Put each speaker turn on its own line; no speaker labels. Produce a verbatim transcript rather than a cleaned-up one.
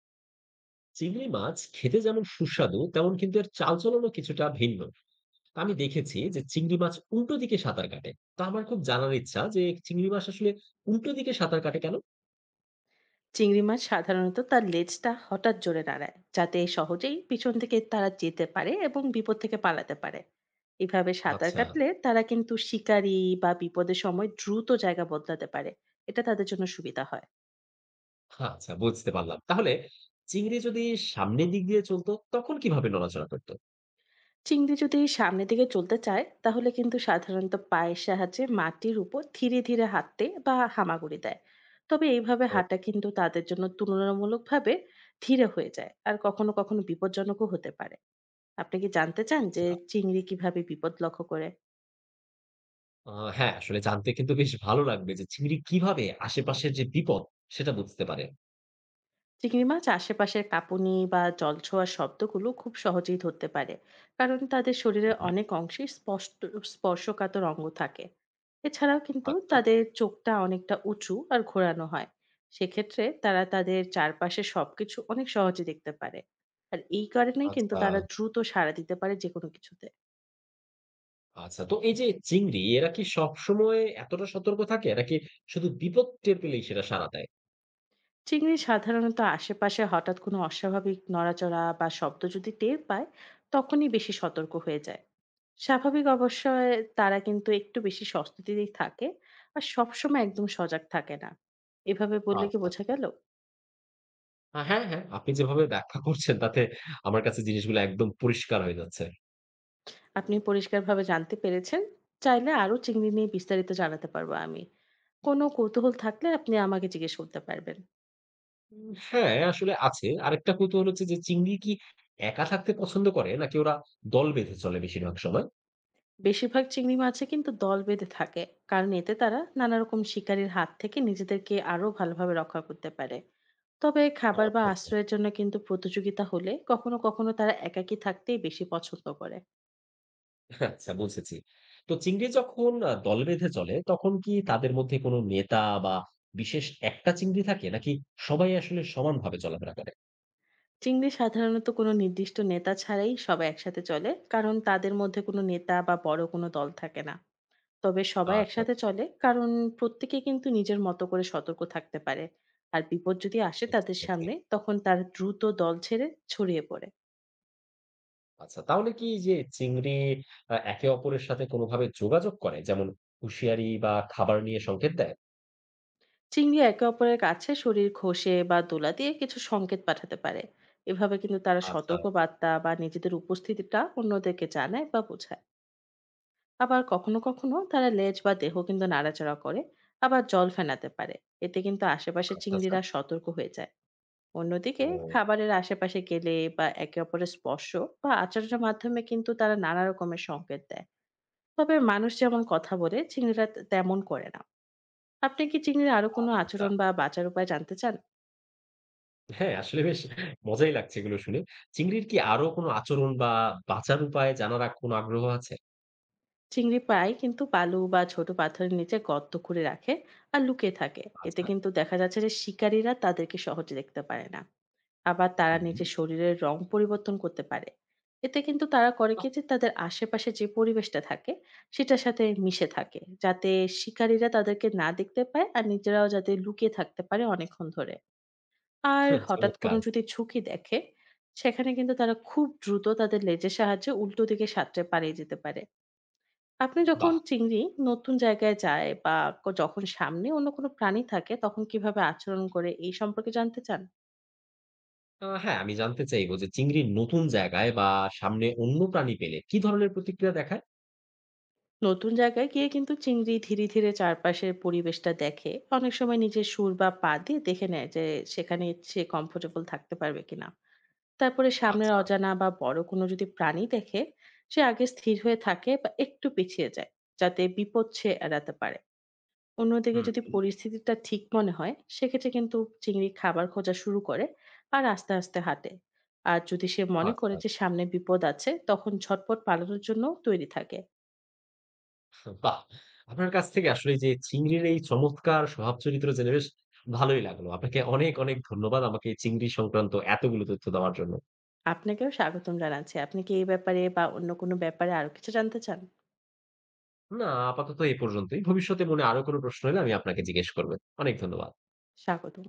চিংড়ি মাছ খেতে যেমন সুস্বাদু তেমন কিন্তু এর চালচলনও কিছুটা ভিন্ন। তা আমি দেখেছি যে চিংড়ি মাছ উল্টো দিকে সাঁতার কাটে। তো আমার খুব জানার ইচ্ছা যে চিংড়ি মাছ আসলে উল্টো দিকে সাঁতার কাটে কেন।
চিংড়ি মাছ সাধারণত তার লেজটা হঠাৎ জোরে নাড়ায় যাতে সহজেই পিছন থেকে তারা যেতে পারে এবং বিপদ থেকে পালাতে পারে। এভাবে সাঁতার
আচ্ছা।
কাটলে তারা কিন্তু শিকারী বা বিপদের সময় দ্রুত জায়গা বদলাতে পারে। এটা তাদের জন্য সুবিধা হয়।
হ্যাঁ, আচ্ছা বুঝতে পারলাম, তাহলে চিংড়ি যদি সামনের দিক দিয়ে চলতো তখন কিভাবে নড়াচড়া করতো?
চিংড়ি যদি সামনের দিকে চলতে চায় তাহলে কিন্তু সাধারণত পায়ের সাহায্যে মাটির উপর ধীরে ধীরে হাঁটতে বা হামাগুড়ি দেয়। তবে এইভাবে
ও,
হাঁটা কিন্তু তাদের জন্য তুলনামূলকভাবে ধীরে হয়ে যায় আর কখনো কখনো বিপজ্জনকও হতে পারে। আপনি কি জানতে চান যে
আচ্ছা।
চিংড়ি কিভাবে বিপদ লক্ষ্য করে?
আহ, হ্যাঁ, আসলে জানতে কিন্তু বেশ ভালো লাগবে যে চিংড়ি কিভাবে আশেপাশের যে বিপদ, সেটা বুঝতে পারে।
চিংড়ি মাছ আশেপাশের কাঁপুনি বা জল ছোঁয়ার শব্দগুলো খুব সহজেই ধরতে পারে কারণ তাদের শরীরের
হুম,
অনেক অংশে স্পষ্ট স্পর্শকাতর অঙ্গ থাকে। এছাড়াও কিন্তু
আচ্ছা,
তাদের চোখটা অনেকটা উঁচু আর ঘোরানো হয়। সেক্ষেত্রে তারা তাদের চারপাশে সবকিছু অনেক সহজে দেখতে পারে। আর এই কারণেই কিন্তু
আচ্ছা।
তারা দ্রুত সাড়া দিতে পারে যে কোনো কিছুতে।
আচ্ছা, তো এই যে চিংড়ি, এরা কি সবসময় এতটা সতর্ক থাকে? এরা কি শুধু বিপদ টের পেলেই সেটা সাড়া দেয়?
চিংড়ি সাধারণত আশেপাশে হঠাৎ কোনো অস্বাভাবিক নড়াচড়া বা শব্দ যদি টের পায় তখনই বেশি সতর্ক হয়ে যায়। স্বাভাবিক অবশ্যই তারা কিন্তু একটু বেশি সস্তুতিতেই থাকে আর সবসময় একদম সজাগ থাকে না। এভাবে বললে কি
আচ্ছা,
বোঝা
আচ্ছা।
গেল?
আ হ্যাঁ, হ্যাঁ। আপনি যেভাবে ব্যাখ্যা করছেন তাতে আমার কাছে জিনিসগুলো একদম পরিষ্কার হয়ে যাচ্ছে।
আপনি পরিষ্কারভাবে জানতে পেরেছেন। চাইলে আরো চিংড়ি নিয়ে বিস্তারিত জানাতে পারবো আমি। কোনো কৌতূহল থাকলে আপনি আমাকে জিজ্ঞেস করতে পারবেন।
উম হ্যাঁ, আসলে আছে। আরেকটা কৌতূহল হচ্ছে যে চিংড়ি কি একা থাকতে পছন্দ করে নাকি ওরা দল বেঁধে চলে বেশিরভাগ সময়?
বেশিরভাগ চিংড়ি মাছই কিন্তু দল বেঁধে থাকে কারণ এতে তারা নানা রকম শিকারীর হাত থেকে নিজেদেরকে আরো ভালোভাবে রক্ষা করতে পারে। তবে খাবার বা
আচ্ছা, আচ্ছা।
আশ্রয়ের জন্য কিন্তু প্রতিযোগিতা হলে কখনো কখনো তারা একাকী থাকতেই বেশি পছন্দ করে।
আচ্ছা, বুঝেছি। তো চিংড়ি যখন আ দল বেঁধে চলে তখন কি তাদের মধ্যে কোনো নেতা বা বিশেষ একটা চিংড়ি থাকে, নাকি সবাই আসলে সমানভাবে চলাফেরা করে?
চিংড়ি সাধারণত কোনো নির্দিষ্ট নেতা ছাড়াই সবাই একসাথে চলে কারণ তাদের মধ্যে কোনো নেতা বা বড় কোনো দল থাকে না। তবে সবাই
আচ্ছা,
একসাথে
আচ্ছা।
চলে কারণ প্রত্যেকে কিন্তু নিজের মতো করে সতর্ক থাকতে পারে। আর বিপদ যদি আসে
বুঝতে
তাদের
পেরেছি।
সামনে তখন তার দ্রুত দল ছেড়ে ছড়িয়ে পড়ে।
আচ্ছা, তাহলে কি এই যে চিংড়ি আ একে অপরের সাথে কোনোভাবে যোগাযোগ করে? যেমন হুঁশিয়ারি বা খাবার নিয়ে সংকেত দেয়?
চিংড়ি একে অপরের কাছে শরীর ঘষে বা দোলা দিয়ে কিছু সংকেত পাঠাতে পারে। এভাবে কিন্তু তারা
আচ্ছা,
সতর্ক বার্তা বা নিজেদের উপস্থিতিটা অন্যদেরকে জানায় বা বোঝায়। আবার কখনো কখনো তারা লেজ বা দেহ কিন্তু নাড়াচাড়া করে। আবার জল ফেনাতে পারে। এতে কিন্তু আশেপাশে
আচ্ছা, আচ্ছা।
চিংড়িরা সতর্ক হয়ে যায়। অন্যদিকে
ও,
খাবারের আশেপাশে গেলে বা একে অপরের স্পর্শ বা আচরণের মাধ্যমে কিন্তু তারা নানা রকমের সংকেত দেয়। তবে মানুষ যেমন কথা বলে চিংড়িরা তে- তেমন করে না। আপনি কি চিংড়ির আরো কোনো
আচ্ছা।
আচরণ বা বাঁচার উপায় জানতে চান?
হ্যাঁ, আসলে বেশ মজাই লাগছে এগুলো শুনে। চিংড়ির কি আরো কোনো আচরণ বা বাঁচার উপায় জানার আ কোনো আগ্রহ আছে?
চিংড়ি প্রায় কিন্তু বালু বা ছোট পাথরের নিচে গর্ত করে রাখে আর লুকিয়ে থাকে। এতে
আচ্ছা।
কিন্তু দেখা যাচ্ছে যে শিকারীরা তাদেরকে সহজে দেখতে পারে না। আবার তারা
হুম।
নিজের শরীরের রং পরিবর্তন করতে পারে। এতে কিন্তু তারা করে
বাহ!
কি যে তাদের আশেপাশে যে পরিবেশটা থাকে সেটার সাথে মিশে থাকে যাতে শিকারীরা তাদেরকে না দেখতে পায় আর নিজেরাও যাতে লুকিয়ে থাকতে পারে অনেকক্ষণ ধরে। আর হঠাৎ কোনো
চমৎকার।
যদি ঝুঁকি দেখে সেখানে কিন্তু তারা খুব দ্রুত তাদের লেজের সাহায্যে উল্টো দিকে সাঁতরে পালিয়ে যেতে পারে। আপনি যখন
বাহ!
চিংড়ি নতুন জায়গায় যায় বা ক- যখন সামনে অন্য কোনো প্রাণী থাকে তখন কিভাবে আচরণ করে এই সম্পর্কে জানতে চান?
আ হ্যাঁ, আমি জানতে চাইবো যে চিংড়ির নতুন জায়গায় বা সামনে অন্য প্রাণী পেলে কি ধরনের প্রতিক্রিয়া দেখায়?
নতুন জায়গায় গিয়ে কিন্তু চিংড়ি ধীরে ধীরে চারপাশের পরিবেশটা দেখে। অনেক সময় নিজের সুর বা পা দিয়ে দেখে নেয় যে সেখানে সে কমফোর্টেবল থাকতে পারবে কিনা। তারপরে সামনের
আচ্ছা।
অজানা বা বড় কোনো যদি প্রাণী দেখে সে আগে স্থির হয়ে থাকে বা একটু পিছিয়ে যায় যাতে বিপদ সে এড়াতে পারে। অন্যদিকে
হুম,
যদি
হুম।
পরিস্থিতিটা ঠিক মনে হয় সেক্ষেত্রে কিন্তু চিংড়ি খাবার খোঁজা শুরু করে আর আস্তে আস্তে হাঁটে। আর যদি সে মনে করে
আচ্ছা।
যে সামনে বিপদ আছে তখন ঝটপট পালানোর জন্য তৈরি থাকে।
বাহ! আপনার কাছ থেকে আসলে যে চিংড়ির এই চমৎকার স্বভাব চরিত্র জেনে বেশ ভালোই লাগলো। আপনাকে অনেক, অনেক ধন্যবাদ আমাকে এই চিংড়ি সংক্রান্ত এতগুলো তথ্য দেওয়ার জন্য।
আপনাকেও স্বাগতম জানাচ্ছি। আপনি কি এই ব্যাপারে বা অন্য কোনো ব্যাপারে আরো কিছু জানতে চান?
না, আপাতত এ পর্যন্তই। ভবিষ্যতে মনে আরো কোনো প্রশ্ন হলে আমি আপনাকে জিজ্ঞেস করব। অনেক ধন্যবাদ।
স্বাগতম।